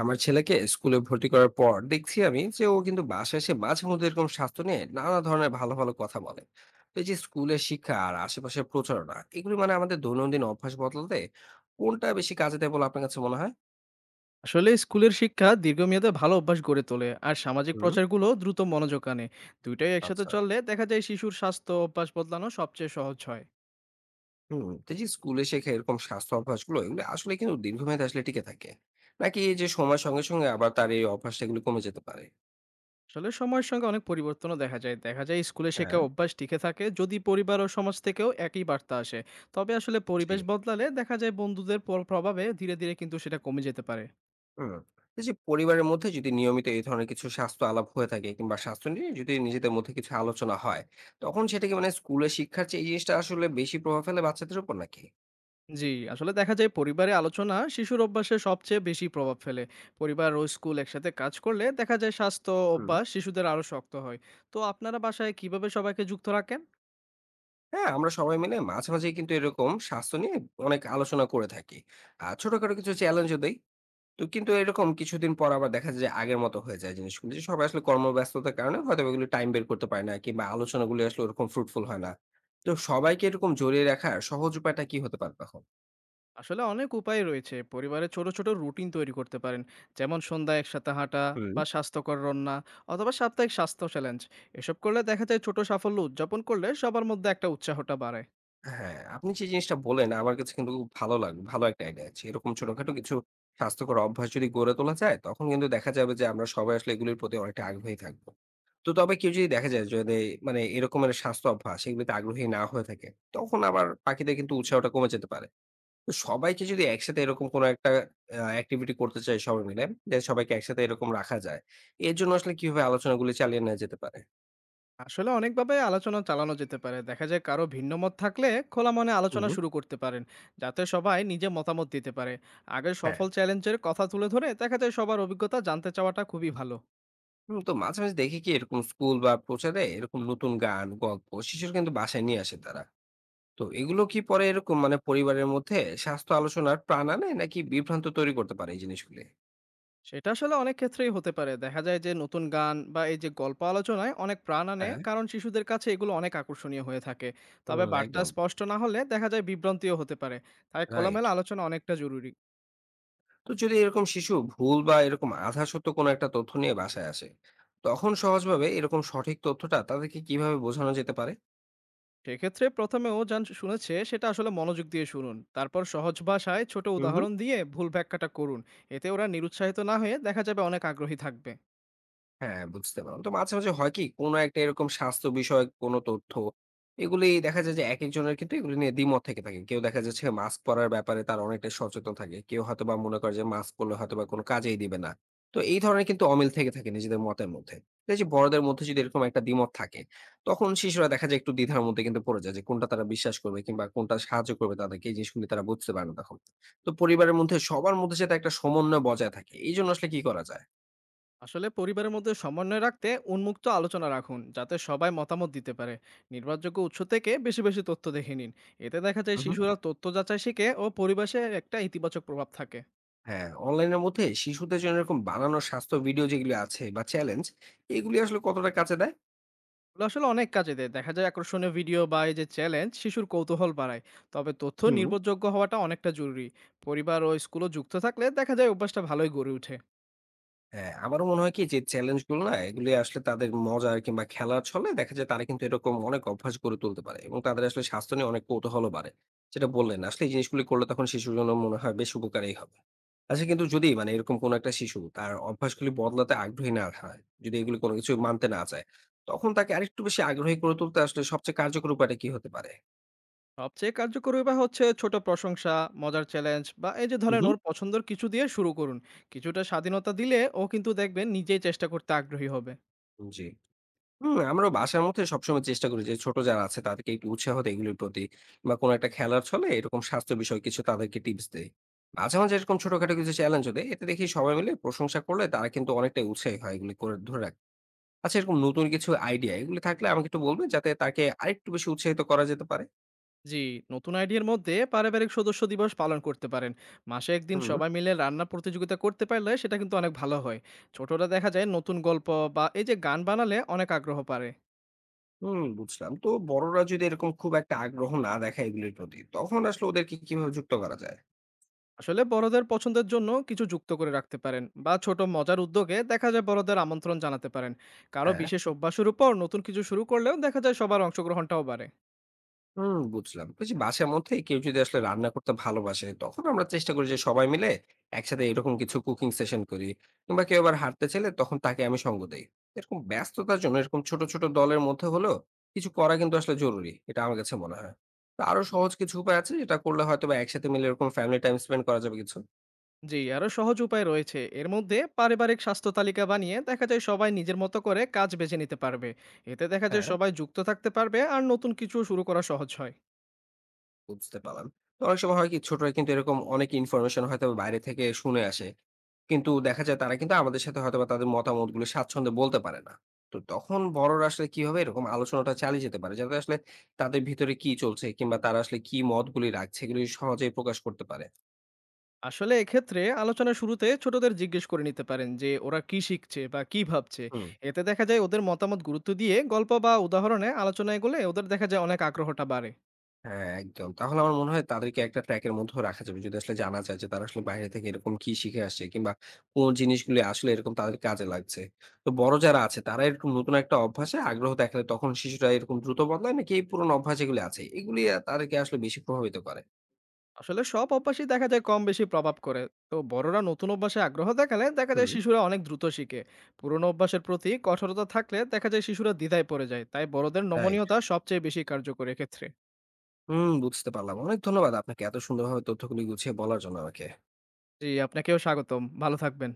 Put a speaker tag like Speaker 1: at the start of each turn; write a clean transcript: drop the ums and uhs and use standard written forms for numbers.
Speaker 1: আমার ছেলেকে স্কুলে ভর্তি করার পর দেখছি আমি যে ও কিন্তু বাসায় এসে মাঝে মধ্যে এরকম স্বাস্থ্য নিয়ে নানা ধরনের ভালো ভালো কথা বলে। তো এই যে স্কুলের শিক্ষা আর আশেপাশের প্রচারণা এগুলি মানে আমাদের দৈনন্দিন অভ্যাস বদলাতে কোনটা বেশি কাজে দেয় বলে আপনার কাছে মনে হয়?
Speaker 2: আসলে স্কুলের শিক্ষা দীর্ঘমেয়াদে ভালো অভ্যাস গড়ে তোলে আর সামাজিক
Speaker 1: হুম।
Speaker 2: প্রচারগুলো দ্রুত মনোযোগ আনে। দুইটাই একসাথে
Speaker 1: আচ্ছা।
Speaker 2: চললে দেখা যায় শিশুর স্বাস্থ্য অভ্যাস বদলানো সবচেয়ে সহজ হয়।
Speaker 1: হুম, তো এই যে স্কুলে শেখা এরকম স্বাস্থ্য অভ্যাস গুলো এগুলো আসলে কিন্তু দীর্ঘমেয়াদে আসলে টিকে থাকে নাকি এই যে সময়ের সঙ্গে সঙ্গে আবার তার এই অভ্যাসটা এগুলো কমে যেতে পারে?
Speaker 2: আসলে সময়ের সঙ্গে অনেক পরিবর্তনও দেখা যায়, দেখা যায় স্কুলে শেখা
Speaker 1: হ্যাঁ।
Speaker 2: অভ্যাস টিকে থাকে যদি পরিবার ও সমাজ থেকেও একই বার্তা আসে। তবে আসলে
Speaker 1: জি।
Speaker 2: পরিবেশ বদলালে দেখা যায় বন্ধুদের প্রভাবে ধীরে ধীরে কিন্তু সেটা কমে যেতে পারে।
Speaker 1: হুম। এই যে পরিবারের মধ্যে যদি নিয়মিত এই ধরনের কিছু স্বাস্থ্য আলাপ হয়ে থাকে কিংবা স্বাস্থ্য নিয়ে যদি নিজেদের মধ্যে কিছু আলোচনা হয়, তখন সেটা কি মানে স্কুলে শিক্ষার চেয়ে এই জিনিসটা আসলে বেশি প্রভাব ফেলে বাচ্চাদের উপর নাকি?
Speaker 2: জি, আসলে দেখা যায় পরিবারে আলোচনা শিশুর অভ্যাসে সবচেয়ে বেশি প্রভাব ফেলে। পরিবার ও স্কুল একসাথে কাজ করলে দেখা যায় স্বাস্থ্য,
Speaker 1: হুম।
Speaker 2: অভ্যাস শিশুদের আরো শক্ত হয়। তো আপনারা বাসায় কিভাবে সবাইকে যুক্ত রাখেন?
Speaker 1: হ্যাঁ, আমরা সবাই মিলে মাঝে, মাঝেই কিন্তু এরকম স্বাস্থ্য নিয়ে অনেক আলোচনা করে থাকি। আর ছোটখাটো কিছু চ্যালেঞ্জও দেই। তো কিন্তু এরকম কিছুদিন পর আবার দেখা যায় যে আগের মতো হয়ে যায় জিনিসগুলো। যে সবাই আসলে কর্মব্যস্ততার কারণে হয়তো এগুলো টাইম বের করতে পারে না কিংবা আলোচনাগুলো আসলে ওরকম ফ্রুটফুল হয় না। তো সবাইকে এরকম জড়িয়ে রাখার সহজ উপায়টা কি হতে পারে তখন?
Speaker 2: আসলে অনেক উপায় রয়েছে। পরিবারে ছোট, ছোট রুটিন তৈরি করতে পারেন। যেমন সন্ধ্যায় একসাথে হাঁটা
Speaker 1: হুম।
Speaker 2: বা স্বাস্থ্যকর রান্না অথবা সাপ্তাহিক স্বাস্থ্য চ্যালেঞ্জ। এসব করলে দেখা যায় ছোট সাফল্য উদযাপন করলে সবার মধ্যে একটা উৎসাহটা বাড়ে।
Speaker 1: হ্যাঁ, আপনি যে জিনিসটা বললেন আমার কাছে কিন্তু খুব ভালো লাগলো। ভালো একটা আইডিয়া আছে। এরকম ছোটখাটো কিছু স্বাস্থ্যকর অভ্যাস যদি গড়ে তোলা যায়, তখন কিন্তু দেখা যাবে যে আমরা সবাই আসলে এগুলির প্রতি অনেকটা আগ্রহী থাকবো। তো তবে কেউ যদি দেখা যায় যদি মানে এরকমের স্বাস্থ্য অভ্যাস এগুলিতে আগ্রহী না হয়ে থাকে, তখন আবার বাকিদের কিন্তু উৎসাহটা কমে যেতে পারে। তো সবাইকে যদি একসাথে এরকম কোনো একটা অ্যাক্টিভিটি করতে চাই সবাই মিলে, যে সবাইকে একসাথে এরকম রাখা যায়। এর জন্য আসলে কিভাবে আলোচনাগুলি চালিয়ে নেওয়া যেতে পারে?
Speaker 2: আসলে অনেকভাবে আলোচনা চালানো যেতে পারে, দেখা যায় কারো ভিন্ন মত থাকলে খোলা মনে আলোচনা
Speaker 1: হুম।
Speaker 2: শুরু করতে পারেন যাতে সবাই নিজের মতামত দিতে পারে। আগের
Speaker 1: হ্যাঁ।
Speaker 2: সফল চ্যালেঞ্জের কথা তুলে ধরে দেখা যায় সবার অভিজ্ঞতা জানতে চাওয়াটা খুবই ভালো।
Speaker 1: হুম, তো মাঝে, মাঝে দেখি কি এরকম স্কুল বা প্রচারে এরকম নতুন গান, গল্প শিশুরা কিন্তু বাসায় নিয়ে আসে তারা। তো এগুলো কি পরে এরকম মানে পরিবারের মধ্যে স্বাস্থ্য আলোচনার প্রাণ আনে নাকি বিভ্রান্ত তৈরি করতে পারে এই জিনিসগুলি?
Speaker 2: সেটা আসলে অনেক ক্ষেত্রেই হতে পারে, দেখা যায় যে নতুন গান বা এই যে গল্প আলোচনায় অনেক প্রাণ আনে
Speaker 1: হ্যাঁ।
Speaker 2: কারণ শিশুদের কাছে এগুলো অনেক আকর্ষণীয় হয়ে থাকে। তবে
Speaker 1: হুম,
Speaker 2: বার্তা
Speaker 1: একদম।
Speaker 2: স্পষ্ট না হলে দেখা যায় বিভ্রান্তিও হতে পারে। তাই
Speaker 1: রাইট।
Speaker 2: খোলামেলা আলোচনা অনেকটা জরুরি।
Speaker 1: তো যদি এরকম শিশু ভুল বা এরকম আধা সত্য কোনো একটা তথ্য নিয়ে বাসায় আসে, তখন সহজভাবে এরকম সঠিক তথ্যটা তাদেরকে কিভাবে বোঝানো যেতে পারে?
Speaker 2: সেক্ষেত্রে প্রথমে ও যান শুনেছে সেটা আসলে মনোযোগ দিয়ে শুনুন, তারপর সহজ ভাষায় ছোট
Speaker 1: হুম, হুম।
Speaker 2: উদাহরণ দিয়ে ভুল ব্যাখ্যাটা করুন। এতে ওরা নিরুৎসাহিত না হয়ে দেখা যাবে অনেক আগ্রহী থাকবে।
Speaker 1: হ্যাঁ, বুঝতে পারলাম। তো মাঝে, মাঝে হয় কি কোন একটা এরকম স্বাস্থ্য বিষয়ক কোন তথ্য এগুলি দেখা যায় যে একেকজনের কিন্তু এগুলি নিয়ে দ্বিমত থেকে থাকে। কেউ দেখা যাচ্ছে মাস্ক পরার ব্যাপারে তারা অনেকটাই সচেতন থাকে। কেউ হয়তোবা মনে করে যে মাস্ক পরলে হয়তোবা কোন কাজেই দিবে না। তো এই ধরনের কিন্তু অমিল থেকে থাকে নিজেদের মতের মধ্যে। তো এই যে বড়দের মধ্যে যদি এরকম একটা দ্বিমত থাকে, তখন শিশুরা দেখা যায় একটু দ্বিধার মধ্যে কিন্তু পড়ে যায় যে কোনটা তারা বিশ্বাস করবে কিংবা কোনটা সাহায্য করবে তাদেরকে এই জিনিসগুলি তারা বুঝতে পারে না তখন। তো পরিবারের মধ্যে সবার মধ্যে যাতে একটা সমন্বয় বজায় থাকে, এইজন্য আসলে কি করা যায়?
Speaker 2: আসলে পরিবারের মধ্যে সমন্বয় রাখতে উন্মুক্ত আলোচনা রাখুন যাতে সবাই মতামত দিতে পারে। নির্ভরযোগ্য উৎস থেকে বেশি বেশি তথ্য দেখে নিন। এতে দেখা যায়
Speaker 1: হু, হু।
Speaker 2: শিশুরা তথ্য যাচাই শিখে ও পরিবেশের একটা ইতিবাচক প্রভাব থাকে।
Speaker 1: হ্যাঁ, অনলাইনের মধ্যে শিশুদের জন্য এরকম বানানো স্বাস্থ্য ভিডিও যেগুলো আছে বা চ্যালেঞ্জ, এগুলি আসলে কতটা কাজে দেয়?
Speaker 2: এগুলো আসলে অনেক কাজে দেয়। দেখা যায় আকর্ষণীয় ভিডিও বা এই যে চ্যালেঞ্জ শিশুর কৌতূহল বাড়ায়। তবে তথ্য
Speaker 1: হুম।
Speaker 2: নির্ভরযোগ্য হওয়াটা অনেকটা জরুরি। পরিবার ও স্কুলও যুক্ত থাকলে দেখা যায় অভ্যাসটা ভালোই গড়ে ওঠে।
Speaker 1: হ্যাঁ, আমারও মনে হয় কি যে চ্যালেঞ্জ গুলো না এগুলি আসলে তাদের মজার কিংবা খেলার ছলে দেখা যায় তারা কিন্তু এরকম অনেক অভ্যাস গড়ে তুলতে পারে এবং তাদের আসলে স্বাস্থ্য নিয়ে অনেক কৌতূহলও বাড়ে। যেটা বললেন আসলে এই জিনিসগুলি করলে তখন শিশুর জন্য মনে হয় বেশ উপকারেই হবে। আচ্ছা কিন্তু যদি মানে এরকম কোনো একটা শিশু তার অভ্যাসগুলি বদলাতে আগ্রহী না হয়, যদি এগুলি কোনো কিছু মানতে না চায়, তখন তাকে আরেকটু বেশি আগ্রহী করে তুলতে আসলে সবচেয়ে কার্যকর উপায়টা কি হতে পারে?
Speaker 2: সবচেয়ে কার্যকর উপায় হচ্ছে ছোট প্রশংসা, মজার চ্যালেঞ্জ বা এই যে
Speaker 1: হুম,
Speaker 2: ধরেন
Speaker 1: হুম।
Speaker 2: ওর পছন্দের কিছু দিয়ে শুরু করুন। কিছুটা স্বাধীনতা দিলে ও কিন্তু দেখবেন নিজেই চেষ্টা করতে আগ্রহী হবে।
Speaker 1: জি। হুম, আমরাও বাসার মধ্যে সবসময় চেষ্টা করি যে ছোট যারা আছে তাদেরকে একটু উৎসাহ দেই এগুলোর প্রতি বা কোনো একটা খেলার ছলে এরকম স্বাস্থ্য বিষয় কিছু তাদেরকে টিপস দেই মাঝে মাঝে এরকম ছোটখাটো কিছু চ্যালেঞ্জ দেয় এতে দেখি সবাই মিলে প্রশংসা করলে তারা কিন্তু অনেকটাই উৎসাহী হয় এগুলো করে ধরে রাখ। আচ্ছা এরকম নতুন কিছু আইডিয়া এগুলো থাকলে আমাকে একটু বলবে যাতে তাকে আরেকটু বেশি উৎসাহিত করা যেতে পারে।
Speaker 2: জি, নতুন আইডিয়ার মধ্যে পারিবারিক সদস্য দিবস পালন করতে পারেন। মাসে একদিন
Speaker 1: হুম।
Speaker 2: সবাই মিলে রান্না প্রতিযোগিতা করতে পারলে সেটা কিন্তু অনেক ভালো হয়। ছোটরা দেখা যায় নতুন গল্প বা এই যে গান বানালে অনেক আগ্রহ পারে।
Speaker 1: হুম, বুঝলাম, তো বড়রা যদি এরকম খুব একটা আগ্রহ না দেখায় এগুলির প্রতি তখন আসলে ওদেরকে কিভাবে যুক্ত করা যায়?
Speaker 2: আসলে বড়দের পছন্দের জন্য কিছু যুক্ত করে রাখতে পারেন বা ছোট মজার উদ্যোগে দেখা যায় বড়দের আমন্ত্রণ জানাতে পারেন। কারো
Speaker 1: হ্যাঁ।
Speaker 2: বিশেষ অভ্যাসের উপর নতুন কিছু শুরু করলেও দেখা যায় সবার অংশগ্রহণটাও বাড়ে।
Speaker 1: হুম, বুঝলাম। ওই যে বাসার মধ্যে কেউ যদি আসলে রান্না করতে ভালোবাসে, তখন আমরা চেষ্টা করি যে সবাই মিলে একসাথে এরকম কিছু কুকিং সেশন করি। কিংবা কেউ আবার হাঁটতে চাইলে তখন তাকে আমি সঙ্গ দেই। এরকম ব্যস্ততার জন্য এরকম ছোট, ছোট দলের মধ্যে হলেও কিছু করা কিন্তু আসলে জরুরি। এটা আমার কাছে মনে হয়। তো আরো সহজ কিছু উপায় আছে যেটা করলে হয়তোবা একসাথে মিলে এরকম ফ্যামিলি টাইম স্পেন্ড করা যাবে কিছু?
Speaker 2: জি, আরো সহজ উপায় রয়েছে। এর মধ্যে পারিবারিক স্বাস্থ্য তালিকা বানিয়ে দেখা যায় সবাই নিজের মতো করে কাজ বেছে নিতে পারবে। এতে দেখা যায়
Speaker 1: হ্যাঁ,
Speaker 2: সবাই যুক্ত থাকতে পারবে আর নতুন কিছু শুরু করা সহজ হয়।
Speaker 1: বুঝতে পারলাম। তো অনেক সময় হয় কি ছোটরা কিন্তু এরকম অনেক ইনফরমেশন হয়তো বাইরে থেকে শুনে আসে। কিন্তু দেখা যায় তারা কিন্তু আমাদের সাথে হয়তোবা তাদের মতামতগুলো স্বাচ্ছন্দ্যে বলতে পারে না। তো তখন বড়রা আসলে কিভাবে এরকম আলোচনাটা চালিয়ে যেতে পারে? যাতে আসলে তাদের ভিতরে কি চলছে কিংবা তারা আসলে কি মতগুলি রাখছে এগুলি সহজেই প্রকাশ করতে পারে।
Speaker 2: আসলে এক্ষেত্রে আলোচনা শুরুতে ছোটদের জিজ্ঞেস করে নিতে পারেন যে ওরা কি শিখছে বা কি ভাবছে।
Speaker 1: হুম।
Speaker 2: এতে দেখা যায় ওদের মতামত গুরুত্ব দিয়ে গল্প বা উদাহরণে আলোচনায় এগোলে ওদের দেখা যায় অনেক আগ্রহটা বাড়ে।
Speaker 1: হ্যাঁ, একদম। তাহলে আমার মনে হয় তাদেরকে একটা ট্র্যাক এর মধ্যেও রাখা যাবে। যদি আসলে জানা যায় যে তারা আসলে বাইরে থেকে এরকম কি শিখে আসছে কিংবা কোন জিনিসগুলি আসলে এরকম তাদের কাজে লাগছে। তো বড় যারা আছে তারা এরকম নতুন একটা অভ্যাসে আগ্রহ দেখালে তখন শিশুরা এরকম দ্রুত বদলায় নাকি এই পুরনো অভ্যাস যেগুলি আছে এগুলি তাদেরকে আসলে বেশি প্রভাবিত করে?
Speaker 2: আসলে সব অভ্যাসই দেখা যায় কম বেশি প্রভাব করে। তো বড়রা নতুন অভ্যাসে আগ্রহ দেখালে দেখা যায়
Speaker 1: হুম।
Speaker 2: শিশুরা অনেক দ্রুত শিখে। পুরনো অভ্যাসের প্রতি কঠোরতা থাকলে দেখা যায় শিশুরা দ্বিধায় পড়ে যায়, তাই বড়দের
Speaker 1: রাইট।
Speaker 2: নমনীয়তা সবচেয়ে বেশি কার্যকরী ক্ষেত্রে।
Speaker 1: হুম, বুঝতে পারলাম। অনেক ধন্যবাদ আপনাকে এত সুন্দরভাবে তথ্যগুলি গুছিয়ে বলার জন্য আমাকে।
Speaker 2: জি, আপনাকেও স্বাগতম। ভালো থাকবেন।